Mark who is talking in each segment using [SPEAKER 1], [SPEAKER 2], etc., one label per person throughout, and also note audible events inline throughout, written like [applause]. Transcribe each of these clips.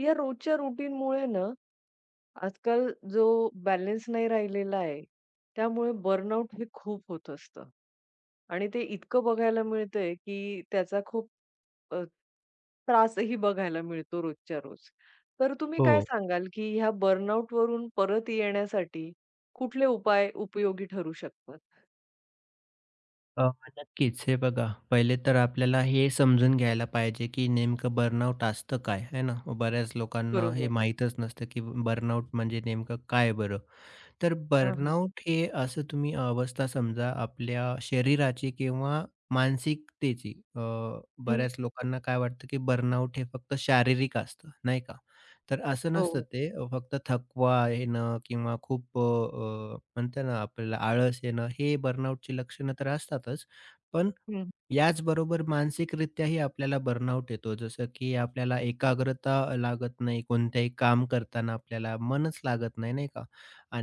[SPEAKER 1] या रोजच्या रुटीनमुळे ना, आजकाल जो बॅलन्स नाही राहिलेला आहे, त्यामुळे बर्नआउट हे खूप होत असतं. आणि ते इतकं बघायला मिळतंय, की त्याचा खूप अ, त्रासही बघायला मिळतो रोजच्या रोज. तर तुम्ही
[SPEAKER 2] हो.
[SPEAKER 1] काय सांगाल, की ह्या बर्नआउटवरून परत येण्यासाठी कुठले उपाय उपयोगी ठरू शकतात?
[SPEAKER 2] अ, नक्कीच. हे बघा, पहिले तर आपल्याला हे समजून घ्यायला पाहिजे, की नेमकं बर्नआउट असतं काय? आहे ना? बऱ्याच लोकांना हे
[SPEAKER 1] बरोबर.
[SPEAKER 2] माहीतच नसतं, की बर्नआउट म्हणजे नेमकं काय बरं? तर
[SPEAKER 1] हां, हां.
[SPEAKER 2] बर्नआउट हे असं तुम्ही अवस्था समजा आपल्या शरीराची किंवा मानसिकतेची.
[SPEAKER 1] हं.
[SPEAKER 2] बऱ्याच लोकांना काय वाटतं, की बर्नआउट हे फक्त शारीरिक असतं, नाही का? तर असं नसतं
[SPEAKER 1] हो.
[SPEAKER 2] ते फक्त थकवा येणं किंवा खूप अ, अ, म्हणतो ना आपल्याला आळस येणं हे बर्नआउटची लक्षणं तर असतातच. पण
[SPEAKER 1] हं.
[SPEAKER 2] याचबरोबर मानसिकरित्याही आपल्याला बर्नआउट येतो. जसं की आपल्याला एकाग्रता लागत नाही. कोणत्याही काम करताना आपल्याला मनच लागत नाही, नाही का?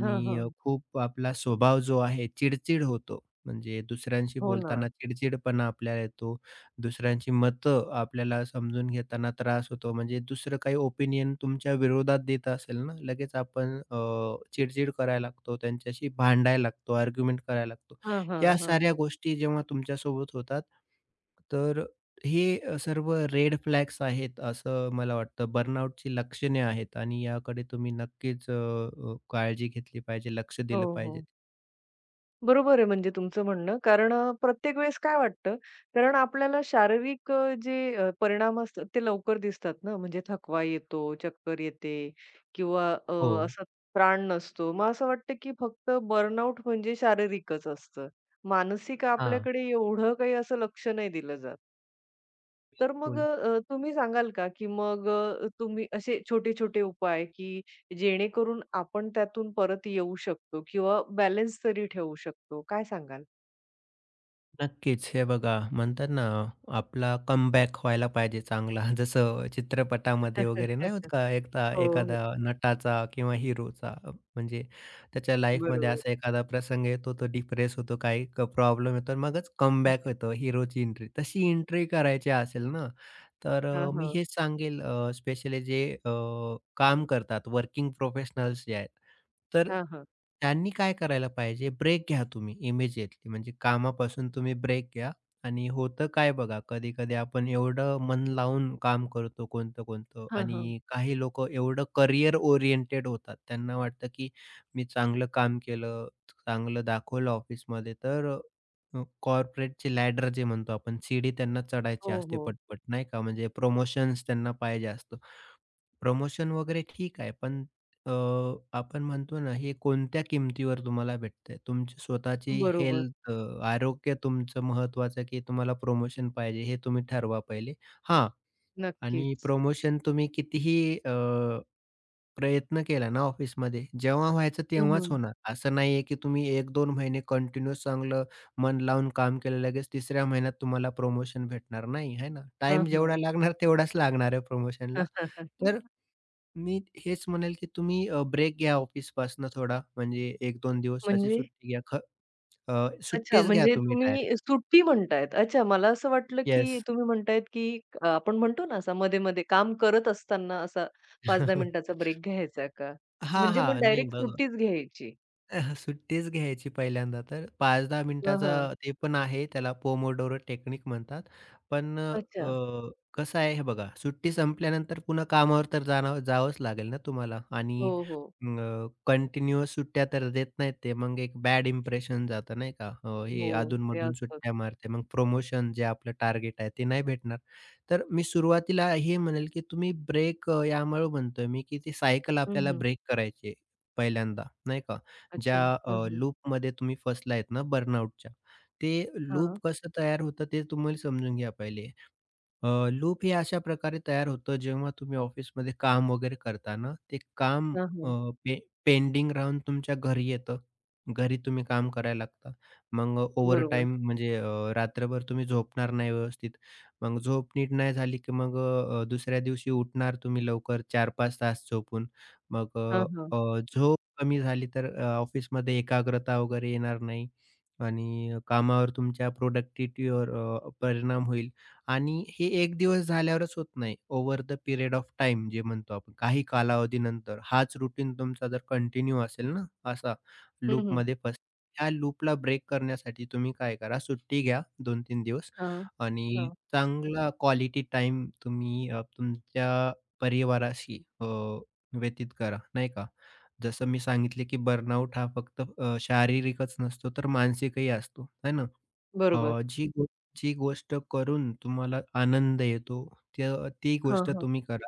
[SPEAKER 1] हां, हां.
[SPEAKER 2] खूप आपला स्वभाव जो आहे चिडचिड होतो. म्हणजे दुसऱ्यांशी
[SPEAKER 1] हो ना.
[SPEAKER 2] बोलताना चिडचिडपणा आपल्याला येतो. दुसऱ्यांची मतं आपल्याला समजून घेताना त्रास होतो. म्हणजे दुसरं काही ओपिनियन तुमच्या विरोधात देत असेल ना, लगेच आपण चिड-चिड करायला लागतो, त्यांच्याशी भांडायला लागतो, आर्ग्युमेंट करायला लागतो.
[SPEAKER 1] हां, हां,
[SPEAKER 2] या
[SPEAKER 1] हां.
[SPEAKER 2] साऱ्या गोष्टी जेव्हा तुमच्यासोबत होतात, तर हे सर्व रेड फ्लॅग्स आहेत असं मला वाटतं. बर्नआउटची लक्षणे आहेत आणि याकडे तुम्ही नक्कीच अ, अ, काळजी घेतली पाहिजे, लक्ष दिलं
[SPEAKER 1] हो,
[SPEAKER 2] पाहिजे.
[SPEAKER 1] हो. बरोबर आहे म्हणजे तुमचं म्हणणं. कारण प्रत्येक वेळेस काय वाटतं, कारण आपल्याला शारीरिक जे परिणाम असतात ते लवकर दिसतात ना, म्हणजे थकवा येतो, चक्कर येते किंवा
[SPEAKER 2] हो.
[SPEAKER 1] असा ताण नसतो. मग असं वाटतं की फक्त बर्नआउट म्हणजे शारीरिकच असतं. मानसिक
[SPEAKER 2] हां.
[SPEAKER 1] आपल्याकडे एवढं काही असं लक्ष नाही दिलं जात. तर मग
[SPEAKER 2] बोल.
[SPEAKER 1] तुम्ही सांगाल का की मग तुम्ही असे छोटे-छोटे उपाय की जेणेकरून आपण त्यातून परत येऊ शकतो किंवा बॅलन्स तरी ठेवू शकतो, काय सांगाल?
[SPEAKER 2] नक्कीच. हे बघा म्हणतात ना, आपला कमबॅक व्हायला पाहिजे चांगला. [laughs] जसं चित्रपटामध्ये वगैरे नाही होत
[SPEAKER 1] [laughs]
[SPEAKER 2] का एकदा
[SPEAKER 1] हो, हो.
[SPEAKER 2] एखादा नटाचा किंवा हिरोचा म्हणजे त्याच्या लाईफमध्ये
[SPEAKER 1] बरोबर.
[SPEAKER 2] असा एखादा प्रसंग येतो, तो डिप्रेस होतो, काही प्रॉब्लेम येतो मगच कमबॅक होतो हिरोची एंट्री. तशी एंट्री करायची असेल ना, तर
[SPEAKER 1] हां,
[SPEAKER 2] मी
[SPEAKER 1] हां.
[SPEAKER 2] हेच सांगेल स्पेशली जे काम करतात वर्किंग प्रोफेशनल्स जे आहेत. तर
[SPEAKER 1] हां, हां.
[SPEAKER 2] त्यांनी काय करायला पाहिजे, ब्रेक घ्या तुम्ही इमिजिएटली. म्हणजे कामापासून तुम्ही ब्रेक घ्या आणि होतं काय बघा, कधी-कधी आपण एवढं मन लावून काम करतो कोणतं-कोणतं
[SPEAKER 1] हां, हां.
[SPEAKER 2] आणि काही लोकं एवढं करियर ओरिएंटेड होतात. त्यांना वाटतं, की मी चांगलं काम केलं, चांगलं दाखवलं ऑफिसमध्ये तर कॉर्पोरेटची लॅडर जे म्हणतो आपण, सीडी त्यांना
[SPEAKER 1] हो,
[SPEAKER 2] चढायची असते
[SPEAKER 1] हो.
[SPEAKER 2] पटपट, नाही का? म्हणजे प्रमोशन्स त्यांना पाहिजे असतं. प्रमोशन वगैरे ठीक आहे, पण अ, आपण म्हणतो ना, हे कोणत्या किमतीवर तुम्हाला भेटतंय? तुमची स्वतःची
[SPEAKER 1] बरोबर.
[SPEAKER 2] हेल्थ, आरोग्य तुमचं महत्त्वाचं, की तुम्हाला प्रमोशन पाहिजे हे तुम्ही ठरवा पहिले. हां, आणि
[SPEAKER 1] नक्कीच.
[SPEAKER 2] प्रमोशन तुम्ही कितीही अ, प्रयत्न केला ना ऑफिसमध्ये, जेव्हा व्हायचं
[SPEAKER 1] हं,
[SPEAKER 2] तेव्हाच
[SPEAKER 1] हं.
[SPEAKER 2] होणार. असं नाही आहे, की तुम्ही 1-2 महिने कंटिन्यूअस चांगलं मन लावून काम केलं, लगेच तिसऱ्या महिन्यात तुम्हाला प्रमोशन भेटणार नाही, आहे ना?
[SPEAKER 1] हां,
[SPEAKER 2] टाईम जेवढा
[SPEAKER 1] हां.
[SPEAKER 2] लागणार तेवढाच लागणार आहे प्रमोशनला. तर
[SPEAKER 1] [laughs]
[SPEAKER 2] मी हेच म्हणेल, की तुम्ही ब्रेक घ्या ऑफिसपासून थोडा. म्हणजे 1-2 दिवसाची
[SPEAKER 1] म्हणजे
[SPEAKER 2] सुट्टी घ्या.
[SPEAKER 1] अच्छा,
[SPEAKER 2] सुट्टीच घ्या
[SPEAKER 1] म्हणजे
[SPEAKER 2] तुम्ही डायरेक्ट.
[SPEAKER 1] तुम्ही सुट्टी म्हणतायत. अच्छा, मला असं वाटलं, की
[SPEAKER 2] येस.
[SPEAKER 1] तुम्ही म्हणतायत, की आपण म्हणतो ना, असा मध्ये-मध्ये काम करत असताना असा 5-10 मिनिटाचा
[SPEAKER 2] [laughs]
[SPEAKER 1] ब्रेक घ्यायचा का?
[SPEAKER 2] हां,
[SPEAKER 1] म्हणजे मग
[SPEAKER 2] हां.
[SPEAKER 1] डायरेक्ट सुट्टीच घ्यायची.
[SPEAKER 2] सुट्टीच घ्यायची पहिल्यांदा तर 5-10
[SPEAKER 1] हां,
[SPEAKER 2] मिनिटाचा
[SPEAKER 1] हां.
[SPEAKER 2] ते पण आहे, त्याला पोमोडोरो टेक्निक म्हणतात. पण
[SPEAKER 1] अच्छा.
[SPEAKER 2] कसं आहे हे बघा, सुट्टी संपल्यानंतर पुन्हा कामावर तर जाणं जावंच लागेल ना तुम्हाला आणि
[SPEAKER 1] हो, हो.
[SPEAKER 2] अ, सुट्ट्या तर देत नाहीत ते. मग एक बॅड इम्प्रेशन जातं नाही का?
[SPEAKER 1] हो,
[SPEAKER 2] हे
[SPEAKER 1] ते
[SPEAKER 2] अधून-मधून
[SPEAKER 1] असतात.
[SPEAKER 2] सुट्ट्या मारते. मग प्रमोशन जे आपलं टार्गेट आहे ते नाही भेटणार. तर मी सुरुवातीला हे म्हणेल, की तुम्ही ब्रेक यामुळे म्हणतोय मी, की ती सायकल
[SPEAKER 1] हं,
[SPEAKER 2] आपल्याला
[SPEAKER 1] हं.
[SPEAKER 2] ब्रेक करायची आहे पहिल्यांदा, नाही का?
[SPEAKER 1] अच्छा.
[SPEAKER 2] ज्या
[SPEAKER 1] हं, हं.
[SPEAKER 2] लूपमध्ये तुम्ही फसला आहेत ना बर्नआउटच्या, ते लूप
[SPEAKER 1] हां.
[SPEAKER 2] कसं तयार होतं ते तुम्हाला समजून घ्या पहिले. लूप हे अशा प्रकारे तयार होतं जेव्हा तुम्ही ऑफिसमध्ये काम वगैरे करता ना, ते काम अ, पे पेंडिंग राहून तुमच्या घरी येतं. घरी तुम्ही काम करायला लागता. मग
[SPEAKER 1] बरोबर.
[SPEAKER 2] ओव्हरटाईम म्हणजे रात्रभर तुम्ही झोपणार नाही व्यवस्थित. मग झोप नीट नाही झाली की मग दुसऱ्या दिवशी उठणार तुम्ही लवकर 4-5 तास झोपून. मग
[SPEAKER 1] हां,
[SPEAKER 2] अ,
[SPEAKER 1] हां.
[SPEAKER 2] अ, झोप कमी झाली तर ऑफिसमध्ये एकाग्रता वगैरे येणार नाही आणि कामावर तुमच्या प्रोडक्टिव्हिटीवर परिणाम होईल. आणि हे एक दिवस झाल्यावरच होत नाही. Over the period of time जे म्हणतो आपण, काही कालावधीनंतर हाच रूटीन तुमचा जर कंटिन्यू असेल ना, असा
[SPEAKER 1] हं, हं.
[SPEAKER 2] लूपमध्ये फस त्या लूपला ब्रेक करण्यासाठी तुम्ही काय करा, सुट्टी घ्या 2-3 दिवस
[SPEAKER 1] हां,
[SPEAKER 2] आणि
[SPEAKER 1] हां.
[SPEAKER 2] चांगला क्वालिटी टाईम तुम्ही तुमच्या परिवाराशी व्यतीत करा, नाही का. जसं मी सांगितले, की बर्नआउट हा फक्त शारीरिकच नसतो, तर मानसिकही असतो, है ना.
[SPEAKER 1] बरोबर.
[SPEAKER 2] अ, जी गो जी गोष्ट करून तुम्हाला आनंद येतो, त्या ती
[SPEAKER 1] हां,
[SPEAKER 2] गोष्ट
[SPEAKER 1] हां.
[SPEAKER 2] तुम्ही करा.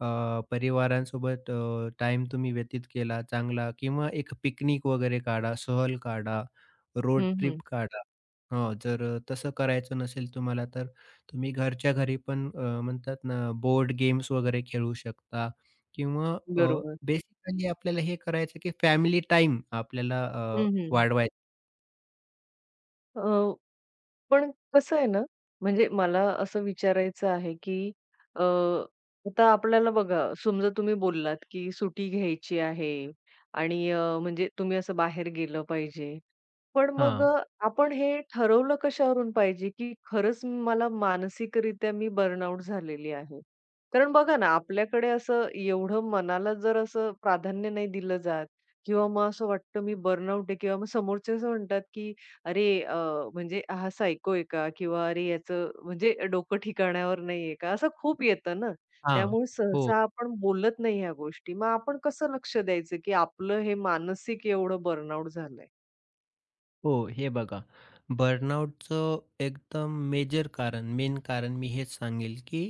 [SPEAKER 2] परिवारांसोबत टाइम तुम्ही व्यतीत केला चांगला किंवा एक पिकनिक वगैरे काढा, सहल काढा, रोड
[SPEAKER 1] हं, हं.
[SPEAKER 2] ट्रिप काढा. हां, जर तसं करायचं नसेल तुम्हाला, तर तुम्ही घरच्या घरी पण म्हणतात ना, बोर्ड गेम्स वगैरे खेळू शकता किंवा
[SPEAKER 1] बरोबर.
[SPEAKER 2] बेसिकली आपल्याला हे करायचं, की फॅमिली टाईम आपल्याला
[SPEAKER 1] हं, हं.
[SPEAKER 2] वाढवायचा
[SPEAKER 1] अ, पण कसं आहे ना, म्हणजे मला असं विचारायचं आहे, की अ, आता आपल्याला बघा, समजा तुम्ही बोललात, की सुट्टी घ्यायची आहे आणि म्हणजे तुम्ही असं बाहेर गेलं पाहिजे. पण मग
[SPEAKER 2] हां,
[SPEAKER 1] आपण हे ठरवलं कशावरून पाहिजे, की खरंच मला मानसिकरित्या मी बर्नआउट झालेली आहे. कारण बघा ना, आपल्याकडे असं एवढं मनाला जर असं प्राधान्य नाही दिलं जात किंवा मग असं वाटतं मी बर्नआउट आहे किंवा मग समोरचे असं म्हणतात, की अरे म्हणजे हा सायको आहे का? किंवा अरे याचं म्हणजे डोकं ठिकाणावर नाहीये का? असं खूप येतं ना.
[SPEAKER 2] हां.
[SPEAKER 1] त्यामुळे
[SPEAKER 2] हो.
[SPEAKER 1] सहसा आपण बोलत नाही ह्या गोष्टी. मग आपण कसं लक्ष द्यायचं, की आपलं हे मानसिक एवढं बर्नआउट झालंय?
[SPEAKER 2] हो, हे बघा बर्नआउटचं एकदम मेजर कारण, मेन कारण मी हेच सांगेल, की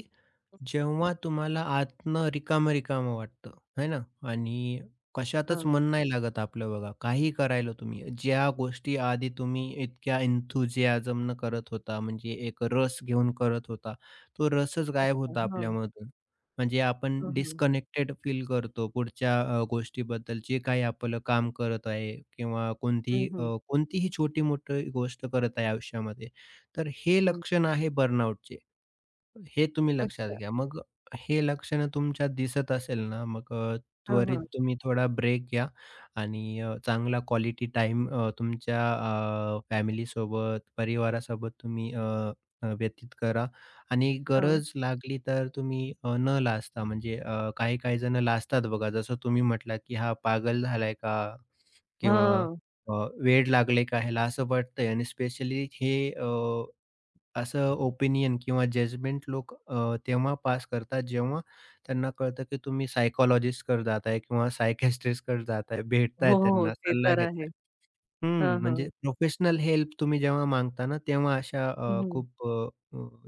[SPEAKER 2] जेव्हा तुम्हाला आतनं रिकामं-रिकामं वाटतं, है ना? आणि कशातच
[SPEAKER 1] हां.
[SPEAKER 2] मन नाही लागत आपलं बघा. काहीही करायला तुम्ही. ज्या गोष्टी आधी तुम्ही इतक्या enthusiasm न करत होता, म्हणजे एक रस घेऊन करत होता, तो रसच गायब
[SPEAKER 1] अच्छा.
[SPEAKER 2] होता
[SPEAKER 1] हां.
[SPEAKER 2] आपल्यामधून. म्हणजे आपण
[SPEAKER 1] हां, हा
[SPEAKER 2] डिस्कनेक्टेड फील करतो पुढच्या गोष्टीबद्दल. जे काही आपलं काम करत आहे किंवा
[SPEAKER 1] हं,
[SPEAKER 2] कोणतीही
[SPEAKER 1] हं.
[SPEAKER 2] कोणतीही छोटी-मोठी गोष्ट करत आहे आयुष्यामध्ये. तर हे
[SPEAKER 1] हं.
[SPEAKER 2] लक्षण आहे बर्नआउटचे. हे तुम्ही लक्षात
[SPEAKER 1] अच्छा.
[SPEAKER 2] घ्या. मग हे लक्षणं तुमच्या दिसत असेल ना, मग
[SPEAKER 1] हां,
[SPEAKER 2] त्वरित
[SPEAKER 1] हां.
[SPEAKER 2] तुम्ही थोडा ब्रेक घ्या आणि चांगला क्वालिटी टाइम तुमच्या फॅमिलीसोबत, परिवारासोबत तुम्ही अ, अ, व्यतीत करा आणि
[SPEAKER 1] हां.
[SPEAKER 2] गरज लागली तर तुम्ही न लाजता म्हणजे काही-काही जणं लाजतात बघा. जसं तुम्ही म्हटलात, की "हा पागल झालाय का?" किंवा
[SPEAKER 1] हां.
[SPEAKER 2] अ, "वेड लागलंय का ह्याला?" असं वाटतंय आणि स्पेशली हे असं ओपिनियन किंवा जजमेंट लोक तेव्हा पास करतात जेव्हा त्यांना कळतं की तुम्ही सायकॉलॉजिस्टकडे जाताय किंवा सायकियाट्रिस्टकडे जाताय,
[SPEAKER 1] हो,
[SPEAKER 2] भेटताय
[SPEAKER 1] हो, हो.
[SPEAKER 2] त्यांना,
[SPEAKER 1] ते
[SPEAKER 2] सल्ला
[SPEAKER 1] तर आहे.
[SPEAKER 2] घेताय. हं,
[SPEAKER 1] हां, हां.
[SPEAKER 2] म्हणजे प्रोफेशनल हेल्प तुम्ही जेव्हा मागता ना, तेव्हा अशा
[SPEAKER 1] हं, हं.
[SPEAKER 2] खूप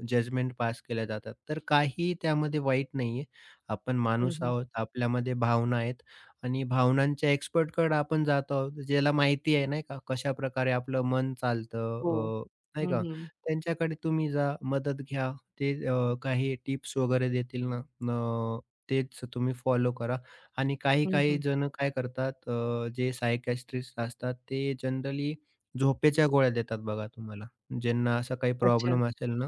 [SPEAKER 2] जजमेंट पास केल्या जातात. तर काही त्यामध्ये वाईट नाहीये. आपण माणूस आहोत, आपल्यामध्ये भावना आहेत आणि भावनांच्या एक्सपर्टकडे आपण जातो आहोत. ज्याला माहिती आहे नाही का, कशाप्रकारे आपलं मन चालतं
[SPEAKER 1] हो.
[SPEAKER 2] अ, नाही
[SPEAKER 1] हं,
[SPEAKER 2] का.
[SPEAKER 1] हं.
[SPEAKER 2] त्यांच्याकडे तुम्ही जा, मदत घ्या. ते काही टिप्स वगैरे देतील ना, अ, तेच तुम्ही फॉलो करा. आणि काही-काही
[SPEAKER 1] हं,
[SPEAKER 2] जण काय करतात जे सायकियाट्रिस्ट असतात ते जनरली झोपेच्या गोळ्या देतात बघा तुम्हाला. ज्यांना असा काही
[SPEAKER 1] अच्छा.
[SPEAKER 2] प्रॉब्लेम असेल ना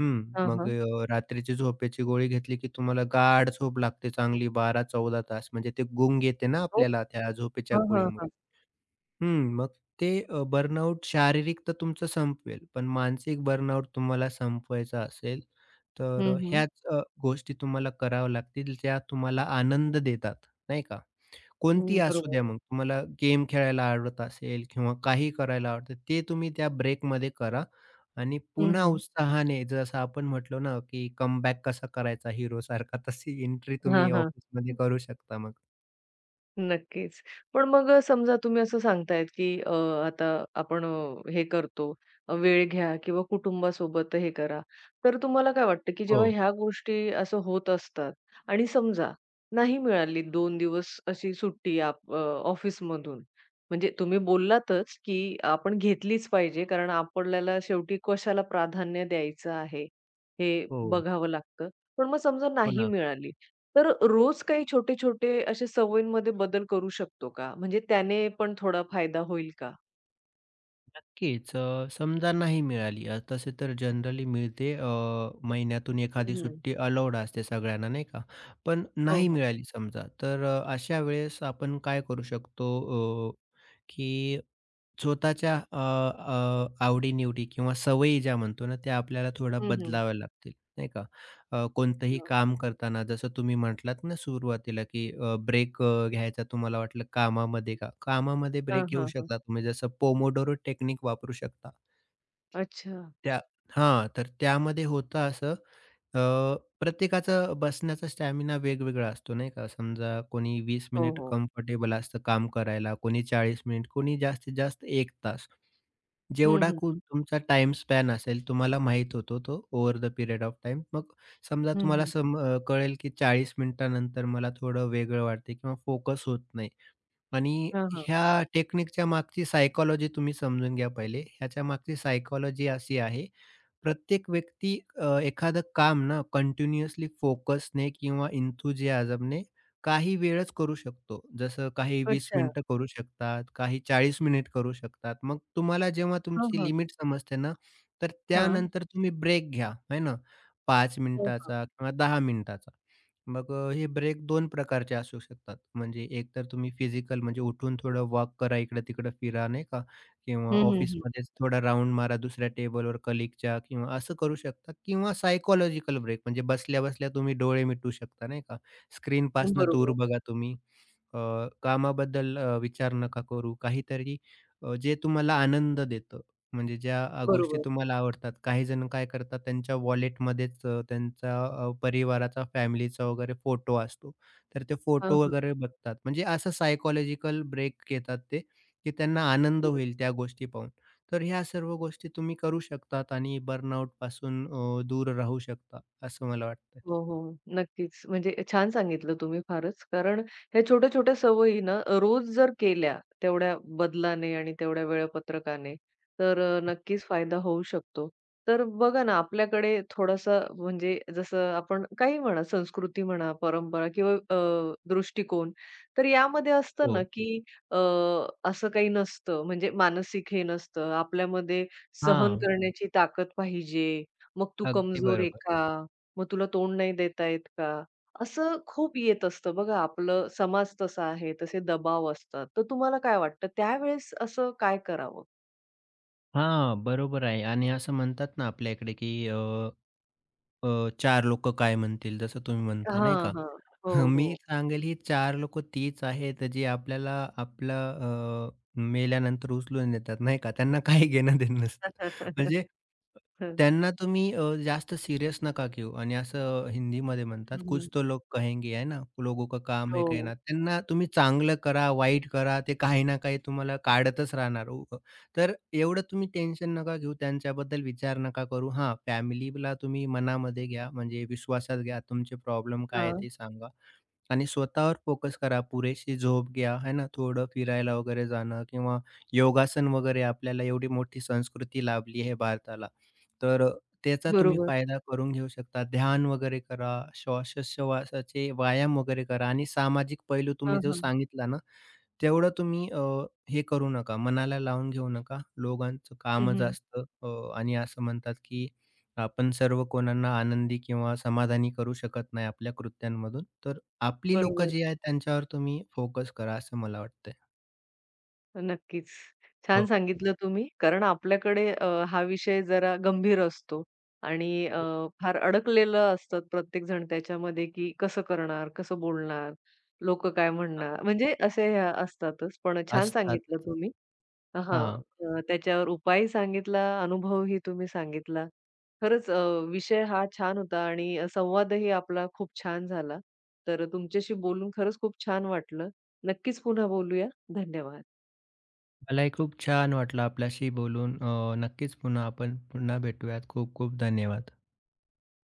[SPEAKER 2] हं,
[SPEAKER 1] हां,
[SPEAKER 2] मग
[SPEAKER 1] हां.
[SPEAKER 2] रात्रीची झोपेची गोळी घेतली की तुम्हाला गाढ झोप लागते चांगली 12-14 तास. म्हणजे ते गुंग येते ना
[SPEAKER 1] हो.
[SPEAKER 2] आपल्याला त्या झोपेच्या
[SPEAKER 1] हां, हां,
[SPEAKER 2] गोळीमुळे.
[SPEAKER 1] हां.
[SPEAKER 2] हं, मग ते बर्नआउट शारीरिक तर तुमचं संपवेल, पण मानसिक बर्नआउट तुम्हाला संपवायचा असेल, तर
[SPEAKER 1] हं, हं.
[SPEAKER 2] ह्याच गोष्टी तुम्हाला कराव्या लागतील ज्या तुम्हाला आनंद देतात, नाही का?
[SPEAKER 1] हं.
[SPEAKER 2] कोणती असू
[SPEAKER 1] बरोबर.
[SPEAKER 2] द्या मग, तुम्हाला गेम खेळायला आवडत असेल किंवा काही करायला आवडतं, ते तुम्ही त्या ब्रेकमध्ये करा आणि
[SPEAKER 1] हं,
[SPEAKER 2] पुन्हा
[SPEAKER 1] हं.
[SPEAKER 2] उत्साहाने जसं आपण म्हटलो ना, की कमबॅक कसा करायचा हिरोसारखा, तशी एंट्री
[SPEAKER 1] हां,
[SPEAKER 2] तुम्ही
[SPEAKER 1] हां.
[SPEAKER 2] ऑफिसमध्ये करू शकता मग.
[SPEAKER 1] नक्कीच. पण मग समजा तुम्ही असं सांगतायत, की आता आपण हे करतो, वेळ घ्या किंवा कुटुंबासोबत हे करा. तर तुम्हाला काय वाटतं, की
[SPEAKER 2] हो,
[SPEAKER 1] जेव्हा ह्या गोष्टी असं होत असतात आणि समजा नाही मिळाली 2 दिवस अशी सुट्टी ऑफिसमधून. म्हणजे तुम्ही बोललातच, की आपण घेतलीच पाहिजे कारण आपल्याला शेवटी कशाला प्राधान्य द्यायचं आहे, हे
[SPEAKER 2] हो.
[SPEAKER 1] बघावं लागतं. पण मग समजा
[SPEAKER 2] हो
[SPEAKER 1] नाही
[SPEAKER 2] ना,
[SPEAKER 1] मिळाली. तर रोज काही छोटे-छोटे असे सवयींमध्ये बदल करू शकतो का? म्हणजे त्याने पण थोडा फायदा होईल का?
[SPEAKER 2] नक्कीच. समजा नाही मिळाली तसे तर जनरली मिळते. महिन्यातून एखादी
[SPEAKER 1] हं,
[SPEAKER 2] सुट्टी अलाउड असते सगळ्यांना नाही का? पण
[SPEAKER 1] हो,
[SPEAKER 2] नाही
[SPEAKER 1] हो.
[SPEAKER 2] मिळाली समजा, तर अशा वेळेस आपण काय करू शकतो? की स्वतःच्या अ, अ, आवडी-निवडी किंवा सवयी ज्या म्हणतो ना, त्या आपल्याला थोड्या
[SPEAKER 1] हं, हं.
[SPEAKER 2] बदलाव्या लागतील, नाही का? कोणतंही
[SPEAKER 1] हं.
[SPEAKER 2] काम करताना जसं तुम्ही म्हटलात ना सुरुवातीला, की ब्रेक घ्यायचा तुम्हाला वाटलं कामामध्ये का? कामामध्ये
[SPEAKER 1] हां,
[SPEAKER 2] ब्रेक घेऊ
[SPEAKER 1] हां,
[SPEAKER 2] शकता तुम्ही, जसं पोमोडोरो टेक्निक वापरू शकता.
[SPEAKER 1] अच्छा.
[SPEAKER 2] त्या हां, तर त्यामध्ये होतं असं, प्रत्येकाचं बसण्याचा स्टॅमिना वेगवेगळा असतो नाही का. समजा कोणी 20
[SPEAKER 1] हो,
[SPEAKER 2] मिनिट
[SPEAKER 1] हो.
[SPEAKER 2] कम्फर्टेबल असतं काम करायला, कोणी 40 मिनिट, कोणी जास्तीत जास्त एक तास.
[SPEAKER 1] हं,
[SPEAKER 2] जेवढा
[SPEAKER 1] हं.
[SPEAKER 2] कूल तुमचा टाइम स्पॅन असेल, तुम्हाला माहीत होतो तो over the period of time. मग समजा
[SPEAKER 1] हं,
[SPEAKER 2] तुम्हाला
[SPEAKER 1] हं.
[SPEAKER 2] सम अ, कळेल की 40 मिनिटानंतर मला थोडं वेगळं वाटते किंवा फोकस होत नाही. आणि
[SPEAKER 1] हां, हां.
[SPEAKER 2] ह्या टेक्निकच्या मागची सायकॉलॉजी तुम्ही समजून घ्या पहिले. ह्याच्या मागची सायकॉलॉजी अशी आहे, प्रत्येक व्यक्ती एखादं काम ना कंटिन्युअसली फोकसने किंवा एन्थुसियाझमने काही वेळच करू शकतो. जसं काही 20
[SPEAKER 1] अच्छा.
[SPEAKER 2] मिनिटं करू शकतात, काही 40 मिनिट करू शकतात. मग तुम्हाला जेव्हा
[SPEAKER 1] हां,
[SPEAKER 2] तुमची
[SPEAKER 1] हां.
[SPEAKER 2] लिमिट समजते ना, तर
[SPEAKER 1] हां.
[SPEAKER 2] त्यानंतर तुम्ही ब्रेक घ्या, आहे ना. 5
[SPEAKER 1] हां, हां.
[SPEAKER 2] मिनिटाचा किंवा 10 मिनिटाचा. मग हे ब्रेक दोन प्रकारचे असू शकतात. म्हणजे एक तर तुम्ही फिजिकल म्हणजे उठून थोडं वॉक करा, इकडं-तिकडं फिरा नाही का? किंवा
[SPEAKER 1] हं, हं, हं.
[SPEAKER 2] ऑफिसमध्येच थोडा राउंड मारा दुसऱ्या टेबलवर कलीगच्या किंवा असं करू शकता किंवा सायकॉलॉजिकल ब्रेक म्हणजे बसल्या-बसल्या तुम्ही डोळे मिटू शकता नाही का? स्क्रीनपासनं दूर
[SPEAKER 1] बरोबर,
[SPEAKER 2] बघा तुम्ही. अ, कामाबद्दल विचार नका करू. काहीतरी जे तुम्हाला आनंद देतं म्हणजे ज्या गोष्टी
[SPEAKER 1] बरोबर.
[SPEAKER 2] तुम्हाला आवडतात. काही जण काय करतात त्यांच्या वॉलेटमध्येच त्यांचा परिवाराचा, फॅमिलीचा वगैरे फोटो असतो. तर ते फोटो
[SPEAKER 1] हां,
[SPEAKER 2] वगैरे बघतात. म्हणजे असं सायकॉलॉजिकल ब्रेक घेतात ते, की त्यांना आनंद
[SPEAKER 1] हां.
[SPEAKER 2] होईल त्या गोष्टी पाहून. तर ह्या सर्व गोष्टी तुम्ही करू शकतात आणि बर्नआउटपासून दूर राहू शकता, असं मला वाटतं.
[SPEAKER 1] हो, हो. नक्कीच. म्हणजे छान सांगितलं तुम्ही फारच. कारण ह्या छोट्या-छोट्या सवयी ना रोज जर केल्या तेवढ्या बदलाने आणि तेवढ्या वेळापत्रकाने, तर नक्कीच फायदा होऊ शकतो. तर बघा ना आपल्याकडे थोडासा म्हणजे जसं आपण काही म्हणा संस्कृती म्हणा, परंपरा किंवा दृष्टिकोन. तर यामध्ये असतं
[SPEAKER 2] हो.
[SPEAKER 1] ना, की अ, असं काही नसतं म्हणजे मानसिक हे नसतं. आपल्यामध्ये सहन
[SPEAKER 2] हां.
[SPEAKER 1] करण्याची ताकद पाहिजे. मग तू
[SPEAKER 2] अगदी
[SPEAKER 1] कमजोर आहे
[SPEAKER 2] बरोबर.
[SPEAKER 1] का? मग तुला तोंड नाही देता येत का? असं खूप येत असतं बघा, आपलं समाज तसा आहे, तसे दबाव असतात. तर तुम्हाला काय वाटतं त्यावेळेस असं काय करावं?
[SPEAKER 2] हां, बरोबर आहे आणि असं म्हणतात ना आपल्या इकडे, की अ, अ, 4 लोकं काय म्हणतील? जसं तुम्ही म्हणताय नाही
[SPEAKER 1] हां,
[SPEAKER 2] का?
[SPEAKER 1] हां. हो,
[SPEAKER 2] हं,
[SPEAKER 1] हो.
[SPEAKER 2] मी सांगेल ही 4 लोकं तीच आहेत जी आपल्याला आपलं मेल्यानंतर उचलून नेतात नाही का. त्यांना काही घेणं-देणं नसतं. म्हणजे
[SPEAKER 1] [laughs] हं.
[SPEAKER 2] त्यांना तुम्ही जास्त सीरियस नका घेऊ आणि असं हिंदीमध्ये म्हणतात,
[SPEAKER 1] हं, हं.
[SPEAKER 2] "कुछ तो लोग कहेंगे है ना, लोगों का काम है
[SPEAKER 1] हो.
[SPEAKER 2] कहना." त्यांना तुम्ही चांगलं करा, वाईट करा, ते काही ना काही तुम्हाला काढतच राहणार. तर एवढं तुम्ही टेन्शन नका घेऊ, त्यांच्याबद्दल विचार नका करू. हां, फॅमिलीला तुम्ही मनामध्ये घ्या, म्हणजे विश्वासात घ्या. तुमचे प्रॉब्लेम काय आहे
[SPEAKER 1] हां.
[SPEAKER 2] ते सांगा. आणि स्वतःवर फोकस करा. पुरेशी झोप घ्या, है ना. थोडं फिरायला वगैरे जाणं किंवा योगासन वगैरे आपल्याला एवढी मोठी संस्कृती लाभली आहे भारताला. तर त्याचा तुम्ही
[SPEAKER 1] बरोबर.
[SPEAKER 2] फायदा करून घेऊ शकता. ध्यान वगैरे करा, श्वासोच्छवासाचे व्यायाम वगैरे करा आणि सामाजिक पैलू
[SPEAKER 1] हां,
[SPEAKER 2] तुम्ही जो
[SPEAKER 1] हां.
[SPEAKER 2] सांगितला ना, तेवढं तुम्ही हे करू नका, मनाला लावून घेऊ नका. लोकांचं कामच
[SPEAKER 1] हं,
[SPEAKER 2] असतं आणि असं म्हणतात, की आपण सर्व कोणांना आनंदी किंवा समाधानी करू शकत नाही आपल्या कृत्यांमधून. तर आपली लोकं
[SPEAKER 1] बरोबर.
[SPEAKER 2] जी आहेत त्यांच्यावर तुम्ही फोकस करा, असं मला वाटतंय.
[SPEAKER 1] नक्कीच. छान
[SPEAKER 2] हो,
[SPEAKER 1] सांगितलं तुम्ही. कारण आपल्याकडे हा विषय जरा गंभीर असतो आणि
[SPEAKER 2] खूप
[SPEAKER 1] फार अडकलेलं असतं प्रत्येकजण त्याच्यामध्ये, की कसं करणार, कसं बोलणार, लोक काय
[SPEAKER 2] छान.
[SPEAKER 1] म्हणणार, म्हणजे असे ह्या असतातच. पण छान सांगितलं
[SPEAKER 2] असतातच.
[SPEAKER 1] तुम्ही. हां.
[SPEAKER 2] हां,
[SPEAKER 1] त्याच्यावर उपायही सांगितला, अनुभवही तुम्ही सांगितला. खरंच विषय हा छान होता आणि संवादही आपला खूप छान झाला. तर तुमच्याशी बोलून खरंच खूप छान वाटलं. नक्कीच पुन्हा बोलूया. धन्यवाद.
[SPEAKER 2] मलाही खूप छान वाटलं आपल्याशी बोलून. नक्कीच पुन्हा आपण पुन्हा भेटूयात. खूप खूप धन्यवाद.